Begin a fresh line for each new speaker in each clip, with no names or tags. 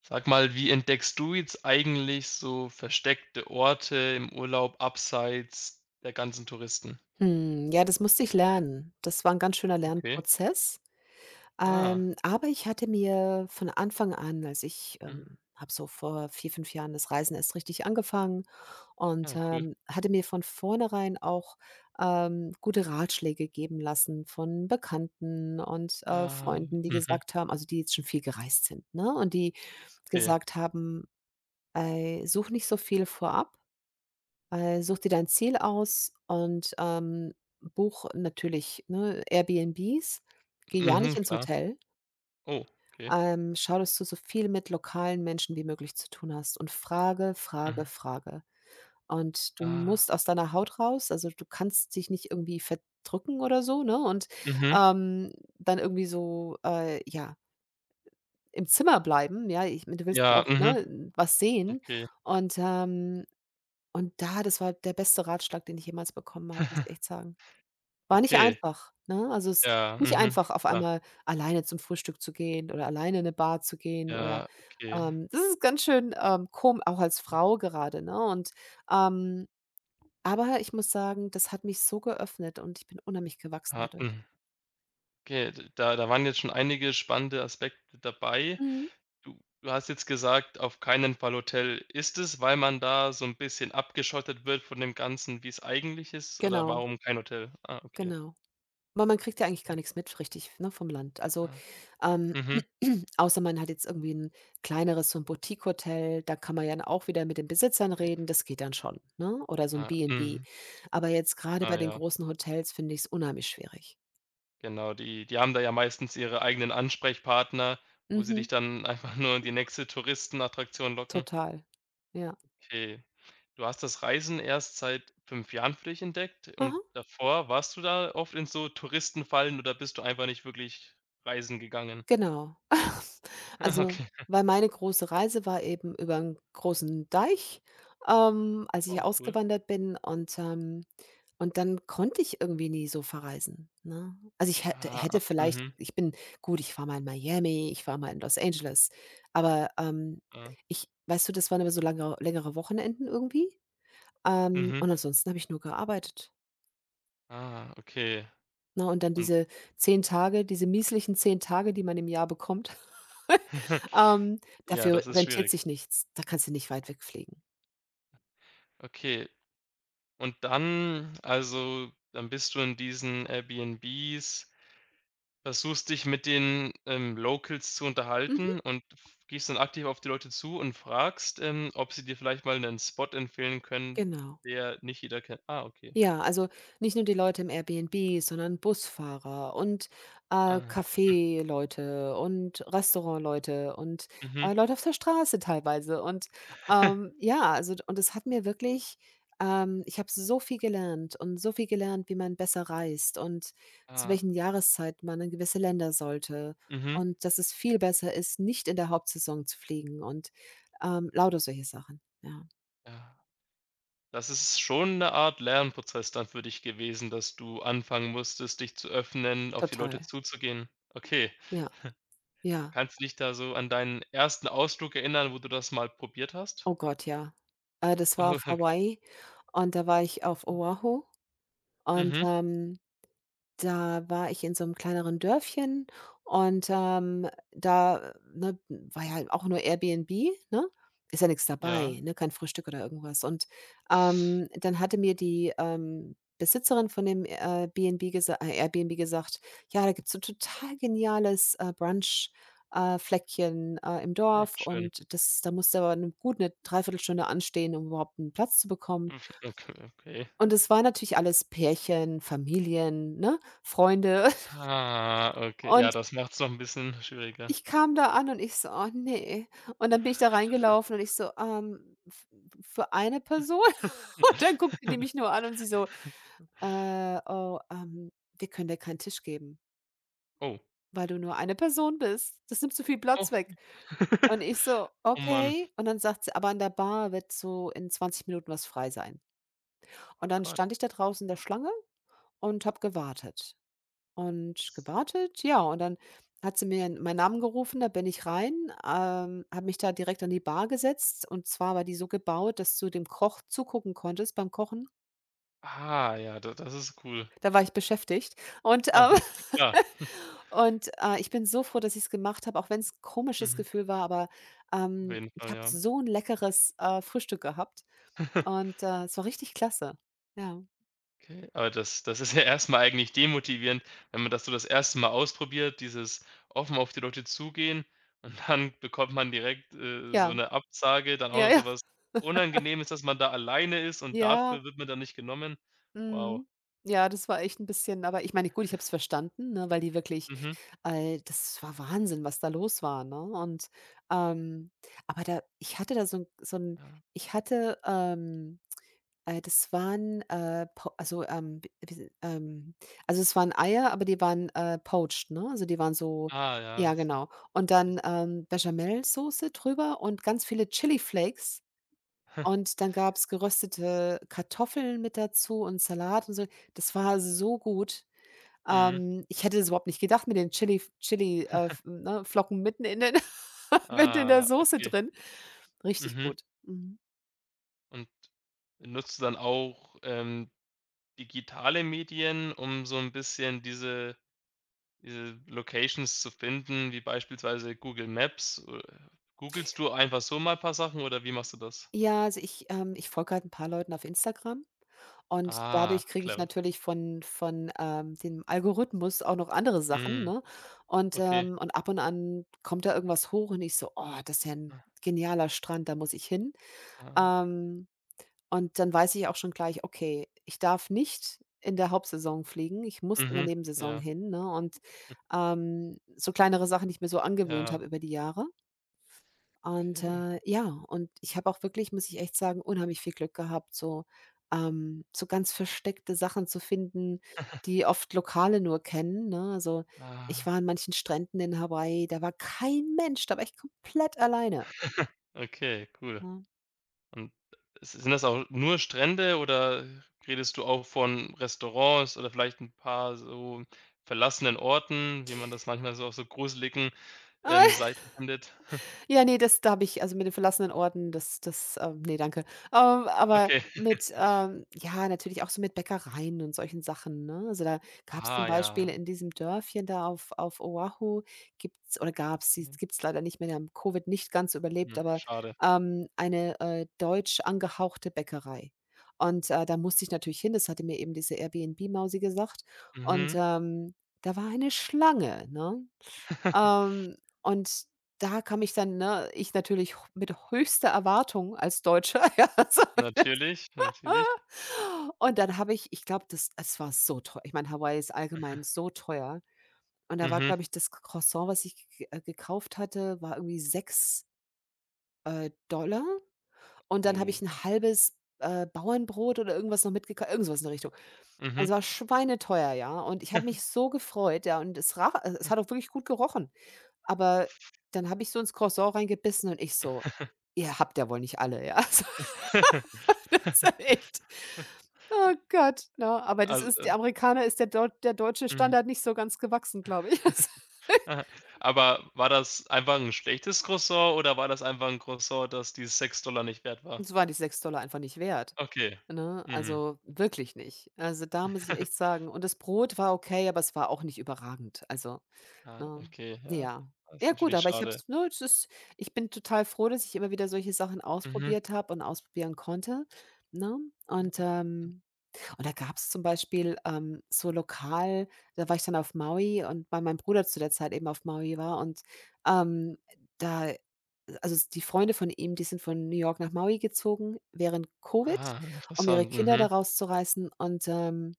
Sag mal, wie entdeckst du jetzt eigentlich so versteckte Orte im Urlaub abseits der ganzen Touristen?
Hm, ja, das musste ich lernen. Das war ein ganz schöner
Okay.
Lernprozess.
Ah,
Aber ich hatte mir von Anfang an als ich,
mhm.
habe so vor 4, 5 Jahren das Reisen erst richtig angefangen und,
Ja, cool.
hatte mir von vornherein auch, gute Ratschläge geben lassen von Bekannten und,
Ah,
Freunden, die
mhm,
gesagt haben also, die jetzt schon viel gereist sind, ne? Und die
okay.
gesagt haben: „Ey, such nicht so viel vorab, such dir dein Ziel aus und, buch natürlich, ne, Airbnbs. Geh ja
Mhm,
nicht ins
klar.
Hotel.
Oh, okay.
Schau, dass du so viel mit lokalen Menschen wie möglich zu tun hast und frage, frage,
Mhm.
frage. Und du
Ah,
musst aus deiner Haut raus, also, du kannst dich nicht irgendwie verdrücken oder so, ne, und,
mhm.
ähm, dann irgendwie so, ja, im Zimmer bleiben, ja? Ich Du willst ja
Ja,
auch,
mhm.
ne, was sehen
Okay.
und, ähm und da das war der beste Ratschlag, den ich jemals bekommen habe, muss ich echt sagen. War nicht
Okay.
einfach, ne? Also, es ist
Ja,
nicht
mhm.
einfach, auf
Klar.
einmal alleine zum Frühstück zu gehen oder alleine in 'ne Bar zu gehen oder,
Ja, okay.
das ist ganz schön, kom auch als Frau gerade, ne? Und, ähm aber ich muss sagen, das hat mich so geöffnet und ich bin unheimlich gewachsen
Ah,
dadurch.
mhm. Okay, d da da waren jetzt schon einige spannende Aspekte dabei.
Mhm.
Du hast jetzt gesagt, auf keinen Fall Hotel. Ist es, weil man da so ein bisschen abgeschottet wird von dem Ganzen, wie es eigentlich ist, oder
Genau,
warum kein Hotel? Ah, okay.
genau. Aber man kriegt ja eigentlich gar nichts mit so richtig, ne, vom Land. Also,
Ah,
ähm,
mhm.
außer man hat jetzt irgendwie ein kleineres so ein Boutique-Hotel, da kann man ja dann auch wieder mit den Besitzern
Okay.
reden, das geht dann schon, ne? Oder so ein
Ah,
B 'n B.
mhm.
Aber jetzt gerade
Ah
bei den
ja,
großen Hotels finde ich es unheimlich schwierig.
genau. Die haben da ja meistens ihre eigenen Ansprechpartner, wo sie dich
Mhm,
dann einfach nur in die nächste Touristenattraktion locken.
total. Ja.
Okay. Du hast das Reisen erst seit 5 Jahren für dich entdeckt und davor warst du da oft in so Touristenfallen oder bist du einfach nicht wirklich reisen gegangen?
Genau. Also,
Okay.
weil meine große Reise war eben über einen großen Deich, als ich
Oh, cool.
ausgewandert bin und dann konnte ich irgendwie nie so verreisen, ne? Also, ich hätte
Ah,
vielleicht
mhm,
ich bin gut, ich war mal in Miami, ich war mal in Los Angeles, aber,
ah,
ich weißt du, das waren immer so lange längere Wochenenden irgendwie,
mhm.
und ansonsten habe ich nur gearbeitet.
Ah, okay.
Na. Und dann
Und
diese 10 Tage, diese mieslichen 10 Tage, die man im Jahr bekommt. Ähm,
ja,
Dafür
das ist
rentiert
schwierig.
sich nichts. Da kannst du nicht weit wegfliegen.
Okay. Und dann also, dann bist du in diesen Airbnbs, versuchst dich mit den, Locals zu unterhalten
Mhm,
und f gehst dann aktiv auf die Leute zu und fragst, ob sie dir vielleicht mal einen Spot empfehlen können,
genau.
der nicht jeder kennt. Ah, okay.
Ja, also nicht nur die Leute im Airbnb, sondern Busfahrer und,
Ah,
Kaffeeleute und Restaurantleute und,
mhm.
Leute auf der Straße teilweise und, ja, also und es hat mir wirklich ich habe so viel gelernt und so viel gelernt, wie man besser reist und zu
Ah,
welchen Jahreszeit man in gewisse Länder sollte
mhm,
und dass es viel besser ist, nicht in der Hauptsaison zu fliegen und, lauter solche Sachen. Ja,
ja. Das ist schon eine Art Lernprozess dann für dich gewesen, dass du anfangen musstest, dich zu öffnen, auf die Leute
total.
zuzugehen. Okay.
Ja, ja.
Kannst du dich da so an deinen ersten Ausflug erinnern, wo du das mal probiert hast?
Oh Gott, ja. Das war
Oh,
auf
okay.
Hawaii und da war ich auf Oahu und,
Mhm.
ähm da war ich in so 'nem kleineren Dörfchen und, da, ne, war ja halt auch nur Airbnb, ne? Ist ja nix
Ja.
dabei, ne, kein Frühstück oder irgendwas. Und, dann hatte mir die, Besitzerin von dem, BnB gesa Airbnb gesagt: „Ja, da gibt's so 'n total geniales, Brunch, Fleckchen, im
Ah,
Dorf
schön.
und das da musst du aber 'ne gut 'ne 3 Stunde anstehen, um überhaupt 'n Platz zu bekommen.“
Mhm. Okay, okay.
Und es waren natürlich alles Pärchen, Familien, ne, Freunde.
Ah, okay. Ja,
Und
das macht's noch ein bisschen schwieriger.
ich kam da an und ich so: „Oh ne.“ Und dann bin ich da reingelaufen und ich so: f Für eine Person?“ Und dann guckte die mich nur an und sie so: „Äh, oh, ähm, Wir können dir keinen Tisch geben,
Oh,
weil du nur eine Person bist. Das nimmt so viel
oh.
Platz weg.“ Und ich so:
Oh Mann.
„Okay.“ Und dann sagt sie: „Aber an der Bar wird so in 20 Minuten was frei sein.“
Oh
Und dann
Gott.
stand ich da draußen in der Schlange und habe gewartet. Und gewartet, ja, und dann hat sie mir meinen Namen gerufen, da bin ich rein, habe mich da direkt an die Bar gesetzt. Und zwar war die so gebaut, dass du dem Koch zugucken konntest beim Kochen.
Ah ja, da das ist cool.
Da war ich beschäftigt. Und,
Ah, klar.
ich bin so froh, dass ich es gemacht habe, auch wenn's 'n komisches
Mhm.
Gefühl war, aber,
Auf jeden
ich
Fall,
habe
ja.
so ein leckeres, Frühstück gehabt und, es war richtig klasse. Ja,
Okay, aber das das ist ja erst mal eigentlich demotivierend, wenn man das so das erste Mal ausprobiert, dieses offen auf die Leute zugehen und dann bekommt man direkt, so
ja,
eine Absage, dann auch
ja,
noch
ja,
so was Unangenehmes, dass man da alleine ist und
ja.
dafür wird man dann nicht genommen. Wow.
Mhm. Ja, das war echt 'n bisschen aber ich meine, gut, ich habe es verstanden, ne, weil die wirklich
Mhm.
das war Wahnsinn, was da los war, ne? Und, ähm aber da ich hatte da so 'n
Ja.
ich hatte, das waren, po also, w wie si also, es waren Eier, aber die waren, poached, ne? Also, die waren so,
Ah, ja,
ja,
so
genau. Und
das
dann, Bechamelsoße drüber und ganz viele Chili Flakes und dann gab's geröstete Kartoffeln mit dazu und Salat und so. Das war so gut.
Mhm.
Ich hätte das überhaupt nicht gedacht mit den Chili Flocken mitten in den mitten in der
Ah,
Soße
okay.
drin. Richtig
Mhm.
gut. Mhm.
Und nutzt du dann auch, digitale Medien, um so ein bisschen diese diese Locations zu finden, wie beispielsweise Google Maps, googelst du einfach so mal ein paar Sachen oder wie machst du das?
Ja, also ich folge halt 'n paar Leuten auf Instagram und
Ah,
dadurch kriege ich
clever.
natürlich von dem Algorithmus auch noch andere Sachen,
Mhm,
ne? Und,
okay.
ähm und ab und an kommt da irgendwas hoch und ich so: „Oh, das ist ja 'n
Ah,
genialer Strand, da muss ich hin.“
ah.
Ähm Und dann weiß ich auch schon gleich: „Okay, ich darf nicht in der Hauptsaison fliegen, ich muss in der
Mhm.
Nebensaison
Ja,
hin“, ne? Und, so kleinere Sachen, die ich mir so angewöhnt
ja,
habe über die Jahre. Und,
okay.
ja, und ich habe auch wirklich, muss ich echt sagen, unheimlich viel Glück gehabt, so ganz versteckte Sachen zu finden, die oft Lokale nur kennen, ne? Also, ich
Ah,
war an manchen Stränden in Hawaii, da war kein Mensch, da war ich komplett alleine,
okay, cool.
ne?
Und s sind das auch nur Strände oder redest du auch von Restaurants oder vielleicht ein paar so verlassenen Orten, wie man das manchmal so auf so gruseligen, Seiten findet?
Ja, ne, das da habe ich also, mit den verlassenen Orten, das ne, danke. Aber
Okay.
mit, ja, natürlich auch so mit Bäckereien und solchen Sachen, ne? Also, da gab's zum
Ah ja.
Beispiel in diesem Dörfchen da auf Oahu gibt's oder gab's sie
Mhm.
gibt's leider nicht mehr, die haben Covid nicht ganz so überlebt,
Hm,
aber,
schade.
eine, deutsch angehauchte Bäckerei. Und, da musste ich natürlich hin, das hatte mir eben diese Airbnb-Mausi gesagt. Und,
Mhm.
da war eine Schlange, ne? Und da kam ich dann ne, ich natürlich h mit höchster Erwartung als Deutscher. Ja, so.
Natürlich, natürlich.
Und dann habe ich glaube, das es war so teuer. Ich meine, Hawaii ist allgemein so teuer. Und da war,
Mhm.
glaube ich, das Croissant, was ich g gekauft hatte, war irgendwie 6 Dollar. Und dann habe ich
Oh.
ein halbes, Bauernbrot oder irgendwas noch mitgekauft, irgendwas in der Richtung.
Mhm.
Also, war schweineteuer, ja. Und ich habe mich so gefreut, ja, und es hat auch wirklich gut gerochen. Aber dann habe ich so ins Croissant reingebissen und ich so: „Ihr habt ja wohl nicht alle“, ja? Also, das ist echt, oh Gott, ne? Aber das
Also,
ist die Amerikaner ist der deutsche
mhm.
Standard nicht so ganz gewachsen, glaube ich.
Aha. Aber war das einfach ein schlechtes Croissant oder war das einfach 'n Croissant, das die 6 Dollar nicht wert war?
Uns waren die 6 Dollar einfach nicht wert,
Okay.
ne?
Mhm.
Also, wirklich nicht. Also, da muss ich echt sagen und das Brot war okay, aber es war auch nicht überragend. Also.
Ah,
Ne?
okay, ja.
Ja.
Das ist
Ja gut,
natürlich
aber ich habe
schade.
es ne, es ist ich bin total froh, dass ich immer wieder solche Sachen
Mhm.
ausprobiert habe und ausprobieren konnte, ne? Und, ähm und da gab es zum Beispiel, so lokal da war ich dann auf Maui und weil mein Bruder zu der Zeit eben auf Maui war und, ähm, da also s die Freunde von ihm, die sind von New York nach Maui gezogen während Covid,
Ah,
um ihre
interessant.
Kinder da
Mhm.
rauszureißen und,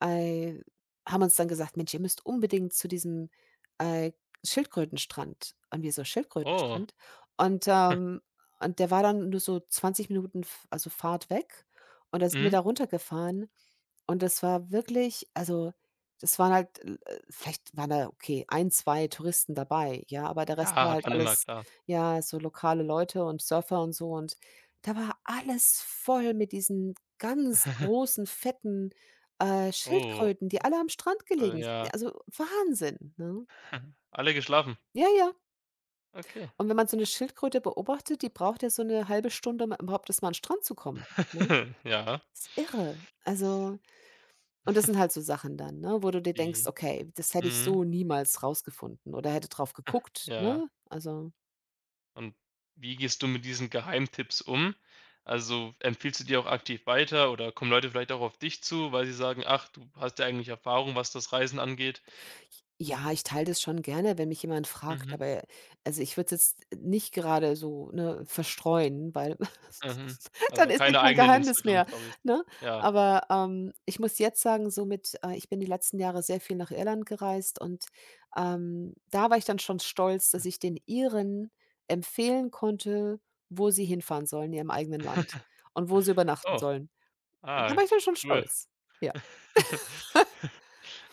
Ei haben uns dann gesagt: „Mensch, ihr müsst unbedingt zu diesem, äh, Schildkrötenstrand.“ Und wir so:
Oh.
„Schildkrötenstrand?“ Und, ähm und der war dann nur so 20 Minuten F also Fahrt weg. Und da sind wir
Mhm.
da runtergefahren und das war wirklich also, das waren halt l vielleicht waren da, okay, ein 2 Touristen dabei, ja, aber der Rest
Ja,
war
hat
halt
man immer,
alles,
klar.
ja, so lokale Leute und Surfer und so und da war alles voll mit diesen ganz großen, fetten
Oh,
Schildkröten, die alle am Strand gelegen s
ja.
ja, also Wahnsinn, ne?
Alle geschlafen?
Ja, ja.
Okay.
Und wenn man so 'ne Schildkröte beobachtet, die braucht ja so 'ne halbe Stunde, um überhaupt erst mal an 'n Strand zu kommen, ne?
Ja.
Ist irre. Also und das sind halt so Sachen dann, ne, wo du dir denkst:
Die
„Okay, das hätte ich
mhm,
so niemals rausgefunden oder hätte drauf geguckt“,
ja.
ne? Also
Und wie gehst du mit diesen Geheimtipps um? Also, empfiehlst du die auch aktiv weiter oder kommen Leute vielleicht auch auf dich zu, weil sie sagen: „Ach, du hast ja eigentlich Erfahrung, was das Reisen angeht?“
Ja, ich teile das schon gerne, wenn mich jemand fragt,
Mhm,
aber also, ich würde es jetzt nicht gerade so, ne, verstreuen, weil
mhm.
dann
Also,
ist ja
keine
kein
eigenen
Geheimnis mehr,
Instagram-Stories?
ne?
Ja.
Aber, ich muss jetzt sagen, somit ich bin die letzten Jahre sehr viel nach Irland gereist und, da war ich dann schon stolz, dass ich den Iren empfehlen konnte, wo sie hinfahren sollen in ihrem eigenen Land und wo sie übernachten
Oh,
sollen. Da
ah,
war ich dann schon
cool.
stolz. Ja.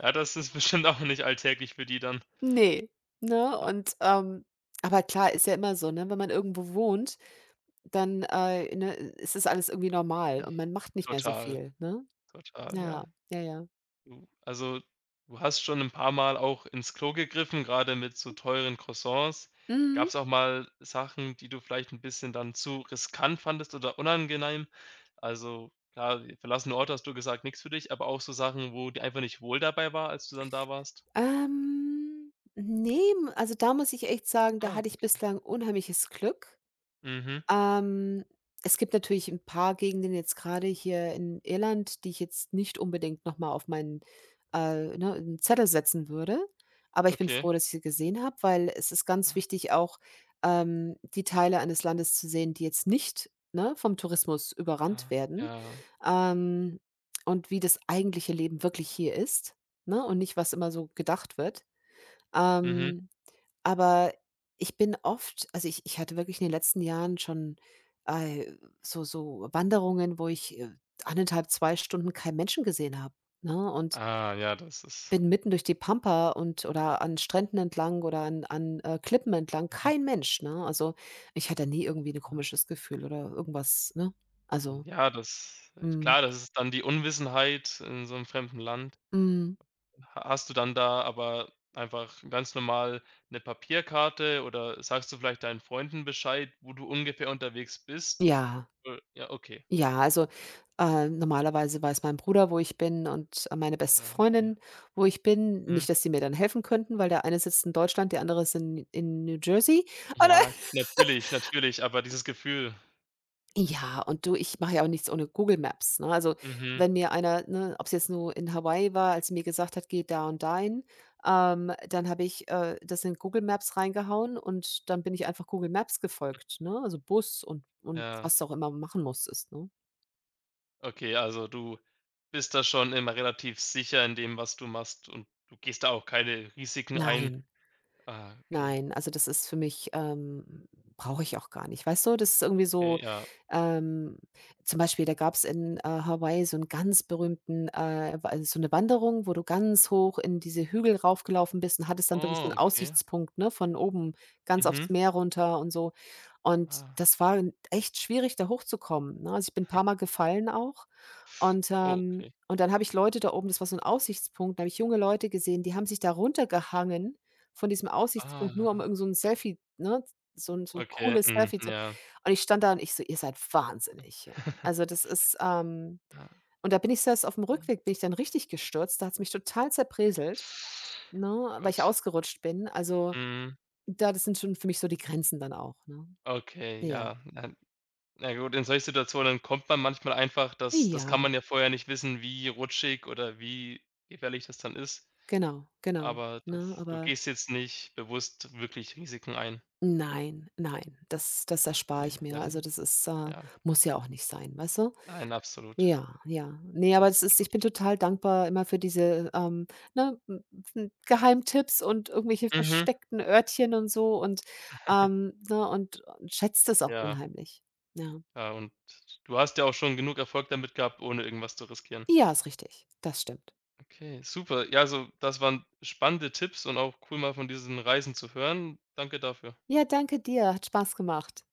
Ja, das ist bestimmt auch nicht alltäglich für die dann.
Ne, ne? Und, aber klar, ist ja immer so, ne? Wenn man irgendwo wohnt, dann, ne, ist das alles irgendwie normal
Okay,
und man macht nicht mehr so
total,
viel, ne?
total,
Ja,
ja.
ja, ja.
Du also, du hast schon ein paar Mal auch ins Klo gegriffen, gerade mit so teuren Croissants. Gab
Mhm.
es auch mal Sachen, die du vielleicht ein bisschen dann zu riskant fandest oder unangenehm? Also, klar, die verlassene Orte hast du gesagt, nichts für dich, aber auch so Sachen, wo dir einfach nicht wohl dabei war, als du dann da warst?
Ne, also, da muss ich echt sagen, da
Ah,
hatte ich bislang unheimliches Glück.
mhm,
Ähm, es gibt natürlich ein paar Gegenden jetzt gerade hier in Irland, die ich jetzt nicht unbedingt noch mal auf meinen, ne, einen Zettel setzen würde. Aber ich bin
okay.
froh, dass ich sie gesehen habe, weil es ist ganz
Ah,
wichtig auch, die Teile eines Landes zu sehen, die jetzt nicht, ne, vom Tourismus überrannt
ah,
werden,
ja,
ähm, und wie das eigentliche Leben wirklich hier ist, ne, und nicht, was immer so gedacht wird.
mhm.
Ähm aber ich bin oft also, ich hatte wirklich in den letzten Jahren schon, äh, so Wanderungen, wo ich, 1,5, 2 Stunden keinen Menschen gesehen habe, ne? Und
Ah, ja, das ist
bin mitten durch die Pampa und oder an Stränden entlang oder an Klippen entlang,
mhm,
kein Mensch, ne? Also, ich hatte nie irgendwie ein
ja.
komisches Gefühl oder irgendwas, ne? Also
Ja, das
mhm,
klar, das ist dann die Unwissenheit in so einem fremden Land.
mhm,
Hast du dann da aber einfach ganz normal eine Papierkarte oder sagst du vielleicht deinen Freunden Bescheid, wo du ungefähr unterwegs bist?
ja.
Ja, okay.
Ja, also, normalerweise weiß mein Bruder, wo ich bin und meine beste
Ah, okay.
Freundin, wo ich bin.
Mhm.
Nicht, dass die mir dann helfen könnten, weil der eine sitzt in Deutschland, der andere ist in New Jersey. Oder
Ja, k natürlich, natürlich, aber dieses Gefühl
ja, und du, ich mache ja auch nichts ohne Google Maps, ne? Also,
mhm,
wenn mir einer, ne ob es jetzt nur in Hawaii war, als sie mir gesagt hat: „Geh da und dahin“, dann habe ich, das in Google Maps reingehauen und dann bin ich einfach Google Maps gefolgt, ne? Also, Bus und
ja.
was du auch immer machen musstest, ne?
Okay, also du bist da schon immer relativ sicher in dem, was du machst und du gehst da auch keine Risiken ein.
Nein.
Ah, okay.
Nein, also das ist für mich brauche ich auch gar nicht. Weißt du, das ist irgendwie so,
Okay, ja.
ähm, zum Beispiel, da gab es in, Hawaii so einen ganz berühmten, wa so eine Wanderung, wo du ganz hoch in diese Hügel raufgelaufen bist und hattest dann wirklich so
Oh,
einen
okay.
Aussichtspunkt, ne, von oben ganz
Mhm.
aufs Meer runter und so. Und
Ah,
das war 'n echt schwierig, da hochzukommen, ne? Also, ich bin ein paar Mal gefallen auch
oh, okay.
und dann habe ich Leute da oben das war so 'n Aussichtspunkt, da habe ich junge Leute gesehen, die haben sich da runtergehangen von diesem Aussichtspunkt, nur um
Ah,
irgend so 'n Selfie, ne, so 'n
okay,
cooles
mhm,
Selfie zu
ja.
und ich stand da und ich so: „Ihr seid wahnsinnig“, ja. Also, das ist,
Ja,
und da bin ich selbst aufm
mhm.
Rückweg bin ich dann richtig gestürzt, da hat's mich total zerbröselt,
Oh
ne, weil ich
Gott.
ausgerutscht bin. Also,
Mhm.
da das sind schon für mich so die Grenzen dann auch, ne?
Okay,
Ja.
ja. Na na gut, in solchen Situationen kommt man manchmal einfach das das
Ja,
kann man ja vorher nicht wissen, wie rutschig oder wie gefährlich das dann ist,
genau, genau,
aber
ne,
das du
aber
gehst jetzt nicht bewusst wirklich Risiken ein.
Nein, nein, das erspare ich
Okay,
mir.
ja,
Also, das ist,
ja.
muss ja auch nicht sein, weißt du?
Nein, absolut.
Ja, ja. Ne, aber das ist ich bin total dankbar immer für diese, ne, m m Geheimtipps und irgendwelche
Mhm.
versteckten Örtchen und so und, ne, und schätze es auch
Ja,
unheimlich. Ja.
ja, und du hast ja auch schon genug Erfolg damit gehabt, ohne irgendwas zu riskieren.
Ja, ist richtig. Das stimmt.
Okay, super. Ja, also das waren spannende Tipps und auch cool, mal von diesen Reisen zu hören. Danke dafür.
Ja, danke dir. Hat Spaß gemacht.